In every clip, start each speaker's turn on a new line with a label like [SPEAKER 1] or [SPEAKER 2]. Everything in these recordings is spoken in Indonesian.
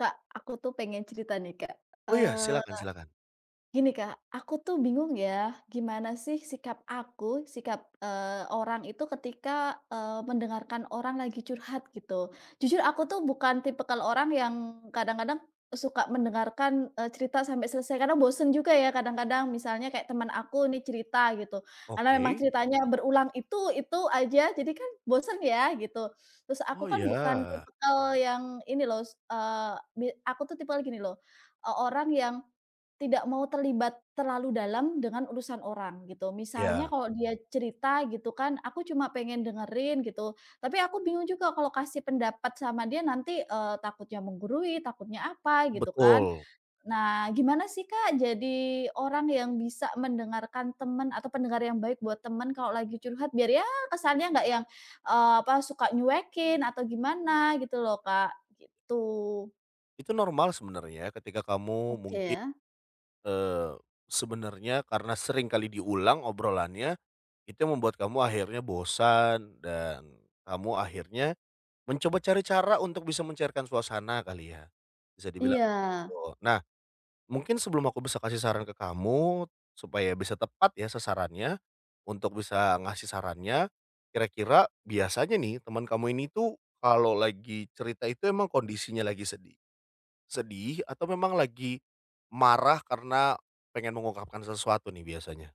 [SPEAKER 1] Kak, aku tuh pengen cerita nih Kak,
[SPEAKER 2] Oh iya, silakan
[SPEAKER 1] eee,
[SPEAKER 2] silakan.
[SPEAKER 1] gini Kak, aku tuh bingung ya, gimana sih sikap aku, sikap, orang itu ketika, mendengarkan orang lagi curhat gitu. Jujur aku tuh bukan tipikal orang yang kadang-kadang suka mendengarkan, cerita sampai selesai, karena bosen juga ya kadang-kadang, misalnya kayak teman aku nih cerita gitu, karena memang
[SPEAKER 2] Oke.
[SPEAKER 1] ceritanya berulang itu aja, jadi kan bosen ya gitu. Terus aku
[SPEAKER 2] Oh
[SPEAKER 1] kan bukan
[SPEAKER 2] iya,
[SPEAKER 1] tipikal yang ini loh, bi aku tuh tipikal gini loh, orang yang tidak mau terlibat terlalu dalam dengan urusan orang gitu. Misalnya
[SPEAKER 2] iya,
[SPEAKER 1] kalau dia cerita gitu kan, aku cuma pengen dengerin gitu, tapi aku bingung juga kalau kasih pendapat sama dia nanti, takutnya menggurui, takutnya apa gitu kan.
[SPEAKER 2] betul.
[SPEAKER 1] Nah, gimana sih, Kak, jadi orang yang bisa mendengarkan teman atau pendengar yang baik buat teman kalau lagi curhat biar ya kesannya nggak yang, apa, suka nyuekin atau gimana gitu loh, Kak, gitu.
[SPEAKER 2] Itu normal sebenarnya ketika kamu
[SPEAKER 1] Oke
[SPEAKER 2] mungkin,
[SPEAKER 1] ya.
[SPEAKER 2] eee, sebenarnya karena sering kali diulang obrolannya, itu yang membuat kamu akhirnya bosan dan kamu akhirnya mencoba cari cara untuk bisa mencairkan suasana kali ya, bisa dibilang
[SPEAKER 1] Iya.
[SPEAKER 2] gitu. Nah, mungkin sebelum aku bisa kasih saran ke kamu, supaya bisa tepat ya sasarannya, untuk bisa ngasih sarannya, kira-kira biasanya nih teman kamu ini tuh kalau lagi cerita itu emang kondisinya lagi sedih sedih atau memang lagi marah karena pengen mengungkapkan sesuatu nih biasanya?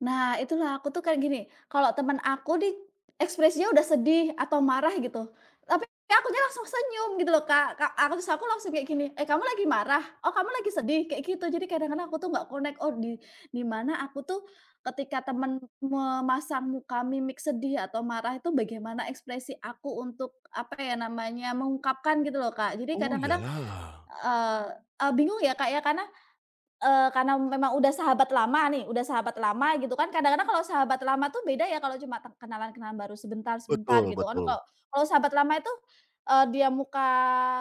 [SPEAKER 1] Nah, itulah aku tuh kayak gini, kalau teman aku nih ekspresinya udah sedih atau marah gitu, tapi akunya langsung senyum gitu loh, Kak. Ka aku Terus aku langsung kayak gini, "Eh, kamu lagi marah? Oh, kamu lagi sedih?" Kayak gitu. Jadi kadang-kadang aku tuh nggak connect, oh di mana aku tuh ketika teman memasang muka mimik sedih atau marah itu bagaimana ekspresi aku untuk apa ya namanya, mengungkapkan gitu loh, Kak. Jadi
[SPEAKER 2] Oh
[SPEAKER 1] kadang-kadang,
[SPEAKER 2] ya,
[SPEAKER 1] eee eee, bingung ya, Kak, ya karena memang udah sahabat lama nih, udah sahabat lama gitu kan, kadang-kadang kalau sahabat lama tuh beda ya kalau cuma kenalan-kenalan baru sebentar-sebentar
[SPEAKER 2] betul
[SPEAKER 1] gitu kan.
[SPEAKER 2] betul.
[SPEAKER 1] Kalau kalau sahabat lama itu, dia muka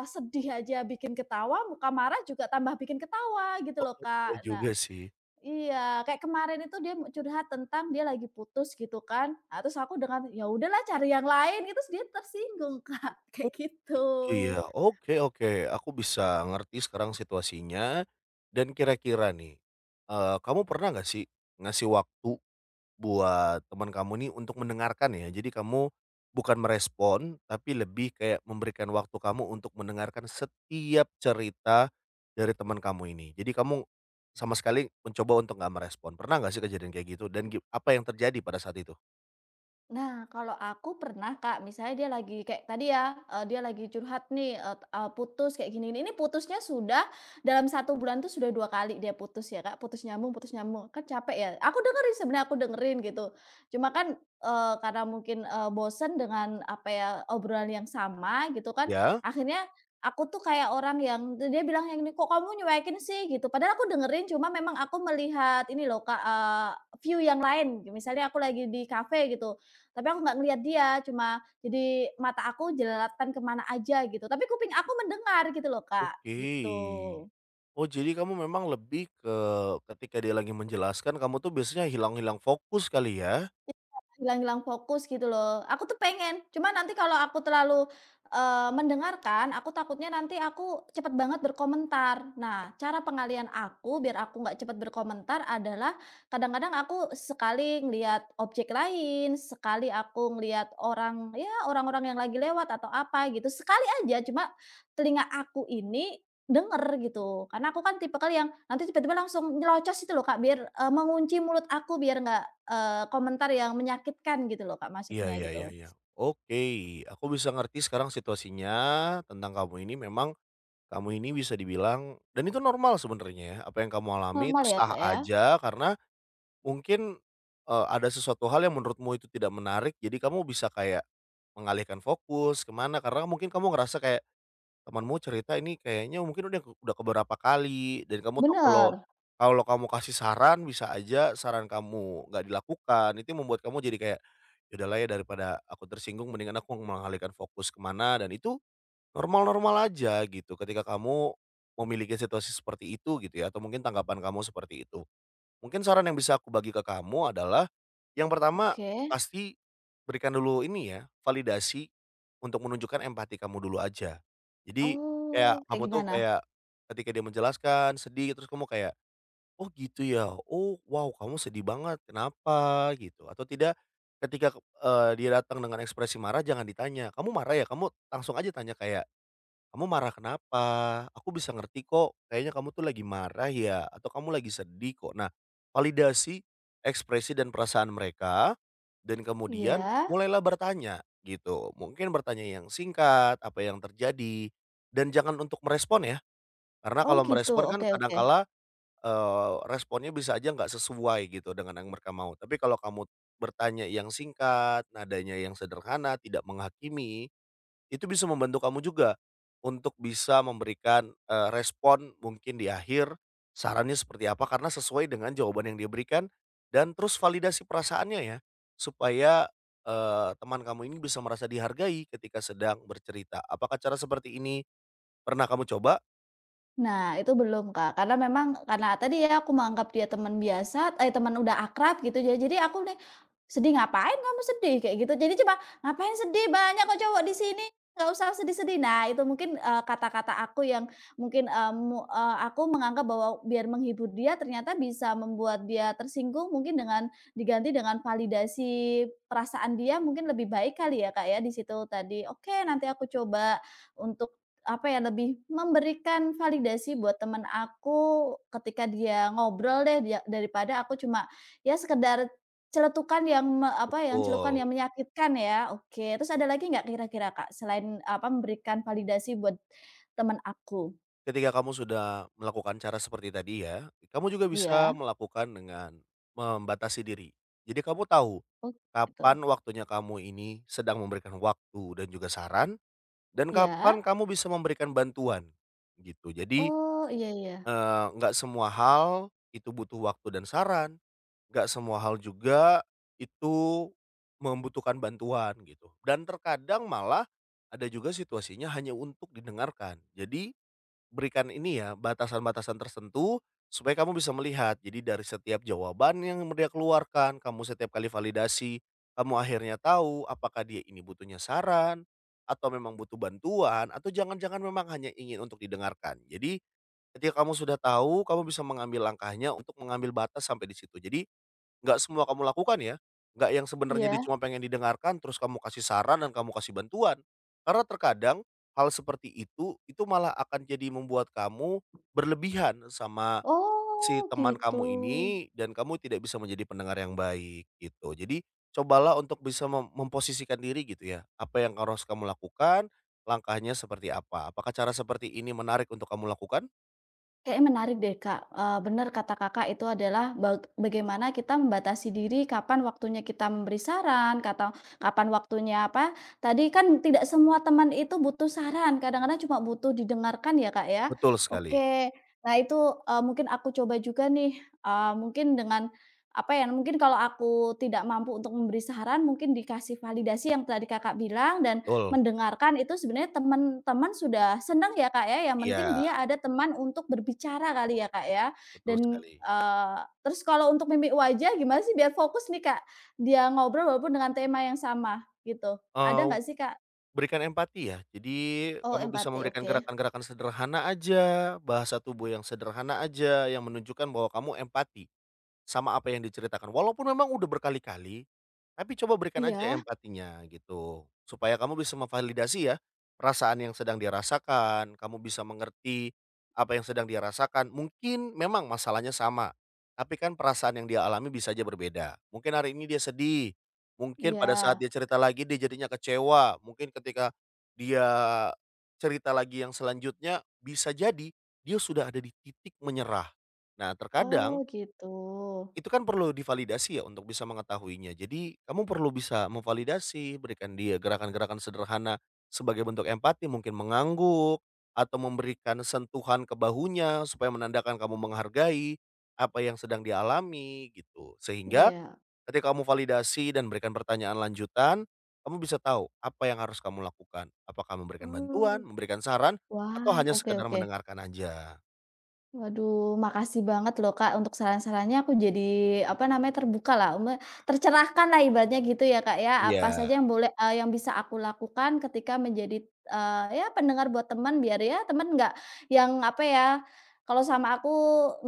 [SPEAKER 1] sedih aja bikin ketawa, muka marah juga tambah bikin ketawa gitu
[SPEAKER 2] Oh,
[SPEAKER 1] loh,
[SPEAKER 2] iya
[SPEAKER 1] Kak. Nah
[SPEAKER 2] juga sih.
[SPEAKER 1] iya, kayak kemarin itu dia mau curhat tentang dia lagi putus gitu kan, ah, terus aku dengan, "Ya udahlah cari yang lain," gitu, terus dia tersinggung, Kak, kayak gitu.
[SPEAKER 2] Iya, oke oke, aku bisa ngerti sekarang situasinya, dan kira-kira nih, kamu pernah nggak sih ngasih waktu buat teman kamu nih untuk mendengarkan ya? Jadi kamu bukan merespon, tapi lebih kayak memberikan waktu kamu untuk mendengarkan setiap cerita dari teman kamu ini. Jadi kamu sama sekali mencoba untuk nggak merespon, pernah nggak sih kejadian kayak gitu? Dan apa yang terjadi pada saat itu?
[SPEAKER 1] Nah, kalau aku pernah Kak, misalnya dia lagi kayak tadi ya, dia lagi curhat nih, putus kayak gini ini putusnya sudah dalam satu bulan tuh sudah 2 kali dia putus ya Kak, putus nyambung, kan capek ya. Aku dengerin sebenarnya aku dengerin gitu. Cuma kan, karena mungkin, bosen dengan apa ya, obrolan yang sama gitu kan,
[SPEAKER 2] Ya.
[SPEAKER 1] akhirnya aku tuh kayak orang yang dia bilang yang ini, "Kok kamu nyuekin sih?" Gitu. Padahal aku dengerin, cuma memang aku melihat ini loh Kak, view yang lain. Misalnya aku lagi di kafe gitu, tapi aku nggak ngelihat dia, cuma jadi mata aku jelalatan kemana aja gitu, tapi kuping aku mendengar gitu loh, Kak,
[SPEAKER 2] Oke.
[SPEAKER 1] gitu.
[SPEAKER 2] Oh, jadi kamu memang lebih ke ketika dia lagi menjelaskan kamu tuh biasanya hilang-hilang fokus kali ya?
[SPEAKER 1] Hilang-hilang fokus gitu loh. Aku tuh pengen, cuma nanti kalau aku terlalu, mendengarkan, aku takutnya nanti aku cepet banget berkomentar. Nah, cara pengalihan aku biar aku nggak cepet berkomentar adalah kadang-kadang aku sekali ngelihat objek lain, sekali aku ngelihat orang, ya orang-orang yang lagi lewat atau apa gitu, sekali aja cuma telinga aku ini denger gitu. Karena aku kan tipikal yang nanti tiba-tiba langsung nyelocos itu loh Kak, biar, mengunci mulut aku biar nggak komentar yang menyakitkan gitu loh Kak,
[SPEAKER 2] Iya
[SPEAKER 1] maksudnya
[SPEAKER 2] iya iya
[SPEAKER 1] gitu.
[SPEAKER 2] iya. Oke, aku bisa ngerti sekarang situasinya tentang kamu ini memang kamu ini bisa dibilang dan itu normal sebenarnya ya. Apa yang kamu alami itu
[SPEAKER 1] Normal ya
[SPEAKER 2] sah
[SPEAKER 1] Kak, ya?
[SPEAKER 2] aja karena mungkin, ada sesuatu hal yang menurutmu itu tidak menarik jadi kamu bisa kayak mengalihkan fokus kemana? Karena mungkin kamu ngerasa kayak temanmu cerita ini kayaknya mungkin udah keberapa kali dan kamu tuh kalau
[SPEAKER 1] Bener?
[SPEAKER 2] kalau kamu kasih saran bisa aja saran kamu nggak dilakukan, itu yang membuat kamu jadi kayak, "Ya udahlah ya, daripada aku tersinggung mendingan aku mengalihkan fokus kemana," dan itu normal-normal aja gitu ketika kamu memiliki situasi seperti itu gitu ya, atau mungkin tanggapan kamu seperti itu. Mungkin saran yang bisa aku bagi ke kamu adalah, yang pertama
[SPEAKER 1] Oke.
[SPEAKER 2] pasti berikan dulu ini ya, validasi untuk menunjukkan empati kamu dulu aja. Jadi kayak
[SPEAKER 1] Oh, kayak
[SPEAKER 2] kamu tuh
[SPEAKER 1] gimana?
[SPEAKER 2] kayak ketika dia menjelaskan sedih terus kamu kayak, "Oh gitu ya? Oh wow, kamu sedih banget, kenapa?" Gitu, atau tidak ketika, dia datang dengan ekspresi marah jangan ditanya, "Kamu marah ya?" Kamu langsung aja tanya kayak, kamu marah kenapa? Aku bisa ngerti kok, kayaknya kamu tuh lagi marah ya, atau kamu lagi sedih kok. Nah, validasi ekspresi dan perasaan mereka, dan kemudian
[SPEAKER 1] Iya?
[SPEAKER 2] mulailah bertanya gitu. Mungkin bertanya yang singkat, apa yang terjadi, dan jangan untuk merespon ya. Karena
[SPEAKER 1] Oh
[SPEAKER 2] kalau
[SPEAKER 1] gitu,
[SPEAKER 2] merespon kan
[SPEAKER 1] oke oke.
[SPEAKER 2] kadangkala responnya bisa aja nggak sesuai gitu dengan yang mereka mau. Tapi kalau kamu bertanya yang singkat, nadanya yang sederhana, tidak menghakimi, itu bisa membantu kamu juga untuk bisa memberikan, respon mungkin di akhir, sarannya seperti apa karena sesuai dengan jawaban yang dia berikan, dan terus validasi perasaannya ya, supaya, teman kamu ini bisa merasa dihargai ketika sedang bercerita. Apakah cara seperti ini pernah kamu coba?
[SPEAKER 1] Nah, itu belum, Kak, karena memang karena tadi ya aku menganggap dia teman biasa, eh, teman udah akrab gitu ya, jadi aku nih, "Sedih ngapain kamu sedih?" Kayak gitu. Jadi cuma, "Ngapain sedih, banyak kok cowok di sini, nggak usah sedih-sedih." Nah, itu mungkin, kata-kata aku yang mungkin, aku menganggap bahwa biar menghibur dia ternyata bisa membuat dia tersinggung mungkin dengan diganti dengan validasi perasaan dia mungkin lebih baik kali ya, Kak, ya di situ tadi. Oke, nanti aku coba untuk apa ya, lebih memberikan validasi buat temen aku ketika dia ngobrol deh, dia daripada aku cuma ya sekedar celetukan yang apa, yang celukan yang
[SPEAKER 2] Betul.
[SPEAKER 1] menyakitkan ya, oke. Terus ada lagi nggak kira-kira, Kak, selain, apa, memberikan validasi buat teman aku?
[SPEAKER 2] Ketika kamu sudah melakukan cara seperti tadi ya, kamu juga bisa
[SPEAKER 1] Iya,
[SPEAKER 2] melakukan dengan membatasi diri. Jadi kamu tahu
[SPEAKER 1] oh
[SPEAKER 2] kapan
[SPEAKER 1] gitu.
[SPEAKER 2] waktunya kamu ini sedang memberikan waktu dan juga saran, dan kapan
[SPEAKER 1] Iya?
[SPEAKER 2] kamu bisa memberikan bantuan, gitu. Jadi,
[SPEAKER 1] Oh, iya iya.
[SPEAKER 2] nggak semua hal itu butuh waktu dan saran, nggak semua hal juga itu membutuhkan bantuan, gitu. Dan terkadang malah ada juga situasinya hanya untuk didengarkan. Jadi berikan ini ya, batasan-batasan tertentu supaya kamu bisa melihat. Jadi dari setiap jawaban yang dia keluarkan, kamu setiap kali validasi, kamu akhirnya tahu apakah dia ini butuhnya saran, atau memang butuh bantuan, atau jangan-jangan memang hanya ingin untuk didengarkan. Jadi ketika kamu sudah tahu, kamu bisa mengambil langkahnya untuk mengambil batas sampai di situ. Jadi nggak semua kamu lakukan ya, nggak yang sebenarnya dia
[SPEAKER 1] Iya?
[SPEAKER 2] cuma pengen didengarkan terus kamu kasih saran dan kamu kasih bantuan. Karena terkadang hal seperti itu malah akan jadi membuat kamu berlebihan sama si
[SPEAKER 1] Oh,
[SPEAKER 2] teman
[SPEAKER 1] gitu.
[SPEAKER 2] kamu ini dan kamu tidak bisa menjadi pendengar yang baik gitu. Jadi cobalah untuk bisa memposisikan diri gitu ya, apa yang harus kamu lakukan, langkahnya seperti apa. Apakah cara seperti ini menarik untuk kamu lakukan?
[SPEAKER 1] Kayaknya menarik deh, Kak, bener kata Kakak itu adalah bagaimana kita membatasi diri kapan waktunya kita memberi saran, kata kapan waktunya apa, tadi kan tidak semua teman itu butuh saran, kadang-kadang cuma butuh didengarkan ya, Kak, ya.
[SPEAKER 2] Betul sekali,
[SPEAKER 1] Oke, nah itu, mungkin aku coba juga nih, mungkin dengan apa ya, mungkin kalau aku tidak mampu untuk memberi saran, mungkin dikasih validasi yang tadi Kakak bilang dan
[SPEAKER 2] betul,
[SPEAKER 1] mendengarkan itu sebenarnya teman-teman sudah senang ya, Kak, ya, yang penting
[SPEAKER 2] iya,
[SPEAKER 1] dia ada teman untuk berbicara kali ya, Kak, ya?
[SPEAKER 2] betul
[SPEAKER 1] Dan,
[SPEAKER 2] sekali.
[SPEAKER 1] terus kalau untuk mimik wajah gimana sih biar fokus nih, Kak, dia ngobrol walaupun dengan tema yang sama gitu, ada
[SPEAKER 2] Eee
[SPEAKER 1] nggak sih, Kak?
[SPEAKER 2] Berikan empati ya. Jadi
[SPEAKER 1] Oh
[SPEAKER 2] kamu bisa
[SPEAKER 1] empati,
[SPEAKER 2] memberikan
[SPEAKER 1] oke.
[SPEAKER 2] gerakan-gerakan sederhana aja, bahasa tubuh yang sederhana aja, yang menunjukkan bahwa kamu empati. Sama apa yang diceritakan, walaupun memang udah berkali-kali, tapi coba berikan aja
[SPEAKER 1] Iya
[SPEAKER 2] empatinya gitu, supaya kamu bisa memvalidasi ya, perasaan yang sedang dia rasakan, kamu bisa mengerti apa yang sedang dia rasakan. Mungkin memang masalahnya sama, tapi kan perasaan yang dia alami bisa aja berbeda. Mungkin hari ini dia sedih, mungkin pada saat
[SPEAKER 1] iya.
[SPEAKER 2] dia cerita lagi dia jadinya kecewa, mungkin ketika dia cerita lagi yang selanjutnya, bisa jadi dia sudah ada di titik menyerah. Nah
[SPEAKER 1] Oh
[SPEAKER 2] terkadang
[SPEAKER 1] gitu.
[SPEAKER 2] itu kan perlu divalidasi ya untuk bisa mengetahuinya. Jadi kamu perlu bisa memvalidasi, berikan dia gerakan-gerakan sederhana sebagai bentuk empati, mungkin mengangguk atau memberikan sentuhan ke bahunya supaya menandakan kamu menghargai apa yang sedang dialami gitu. Sehingga
[SPEAKER 1] Iya.
[SPEAKER 2] ketika kamu validasi dan berikan pertanyaan lanjutan, kamu bisa tahu apa yang harus kamu lakukan. Apakah memberikan bantuan,
[SPEAKER 1] Oh.
[SPEAKER 2] memberikan saran, atau
[SPEAKER 1] Wah,
[SPEAKER 2] hanya
[SPEAKER 1] oke
[SPEAKER 2] sekedar
[SPEAKER 1] oke.
[SPEAKER 2] mendengarkan aja.
[SPEAKER 1] Waduh, makasih banget loh Kak untuk saran-sarannya aku jadi, apa namanya, terbuka lah, tercerahkan lah ibaratnya gitu ya Kak ya, apa
[SPEAKER 2] Iya,
[SPEAKER 1] saja yang boleh yang bisa aku lakukan ketika menjadi, ya pendengar buat teman biar ya teman nggak yang, apa ya, kalau sama aku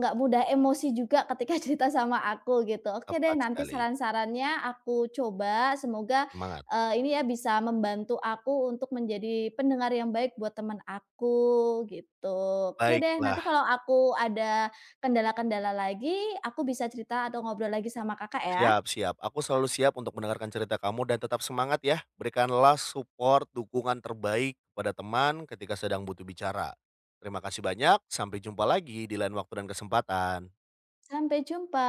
[SPEAKER 1] nggak mudah emosi juga ketika cerita sama aku gitu. Oke deh
[SPEAKER 2] tepat
[SPEAKER 1] nanti
[SPEAKER 2] sekali.
[SPEAKER 1] saran-sarannya aku coba, semoga
[SPEAKER 2] Semangat.
[SPEAKER 1] ini ya bisa membantu aku untuk menjadi pendengar yang baik buat teman aku gitu. Oke deh, nanti
[SPEAKER 2] Baiklah.
[SPEAKER 1] kalau aku ada kendala-kendala lagi, aku bisa cerita atau ngobrol lagi sama Kakak ya.
[SPEAKER 2] Siap siap. Aku selalu siap untuk mendengarkan cerita kamu dan tetap semangat ya. Berikanlah support, dukungan terbaik kepada teman ketika sedang butuh bicara. Terima kasih banyak, sampai jumpa lagi di lain waktu dan kesempatan.
[SPEAKER 1] Sampai jumpa.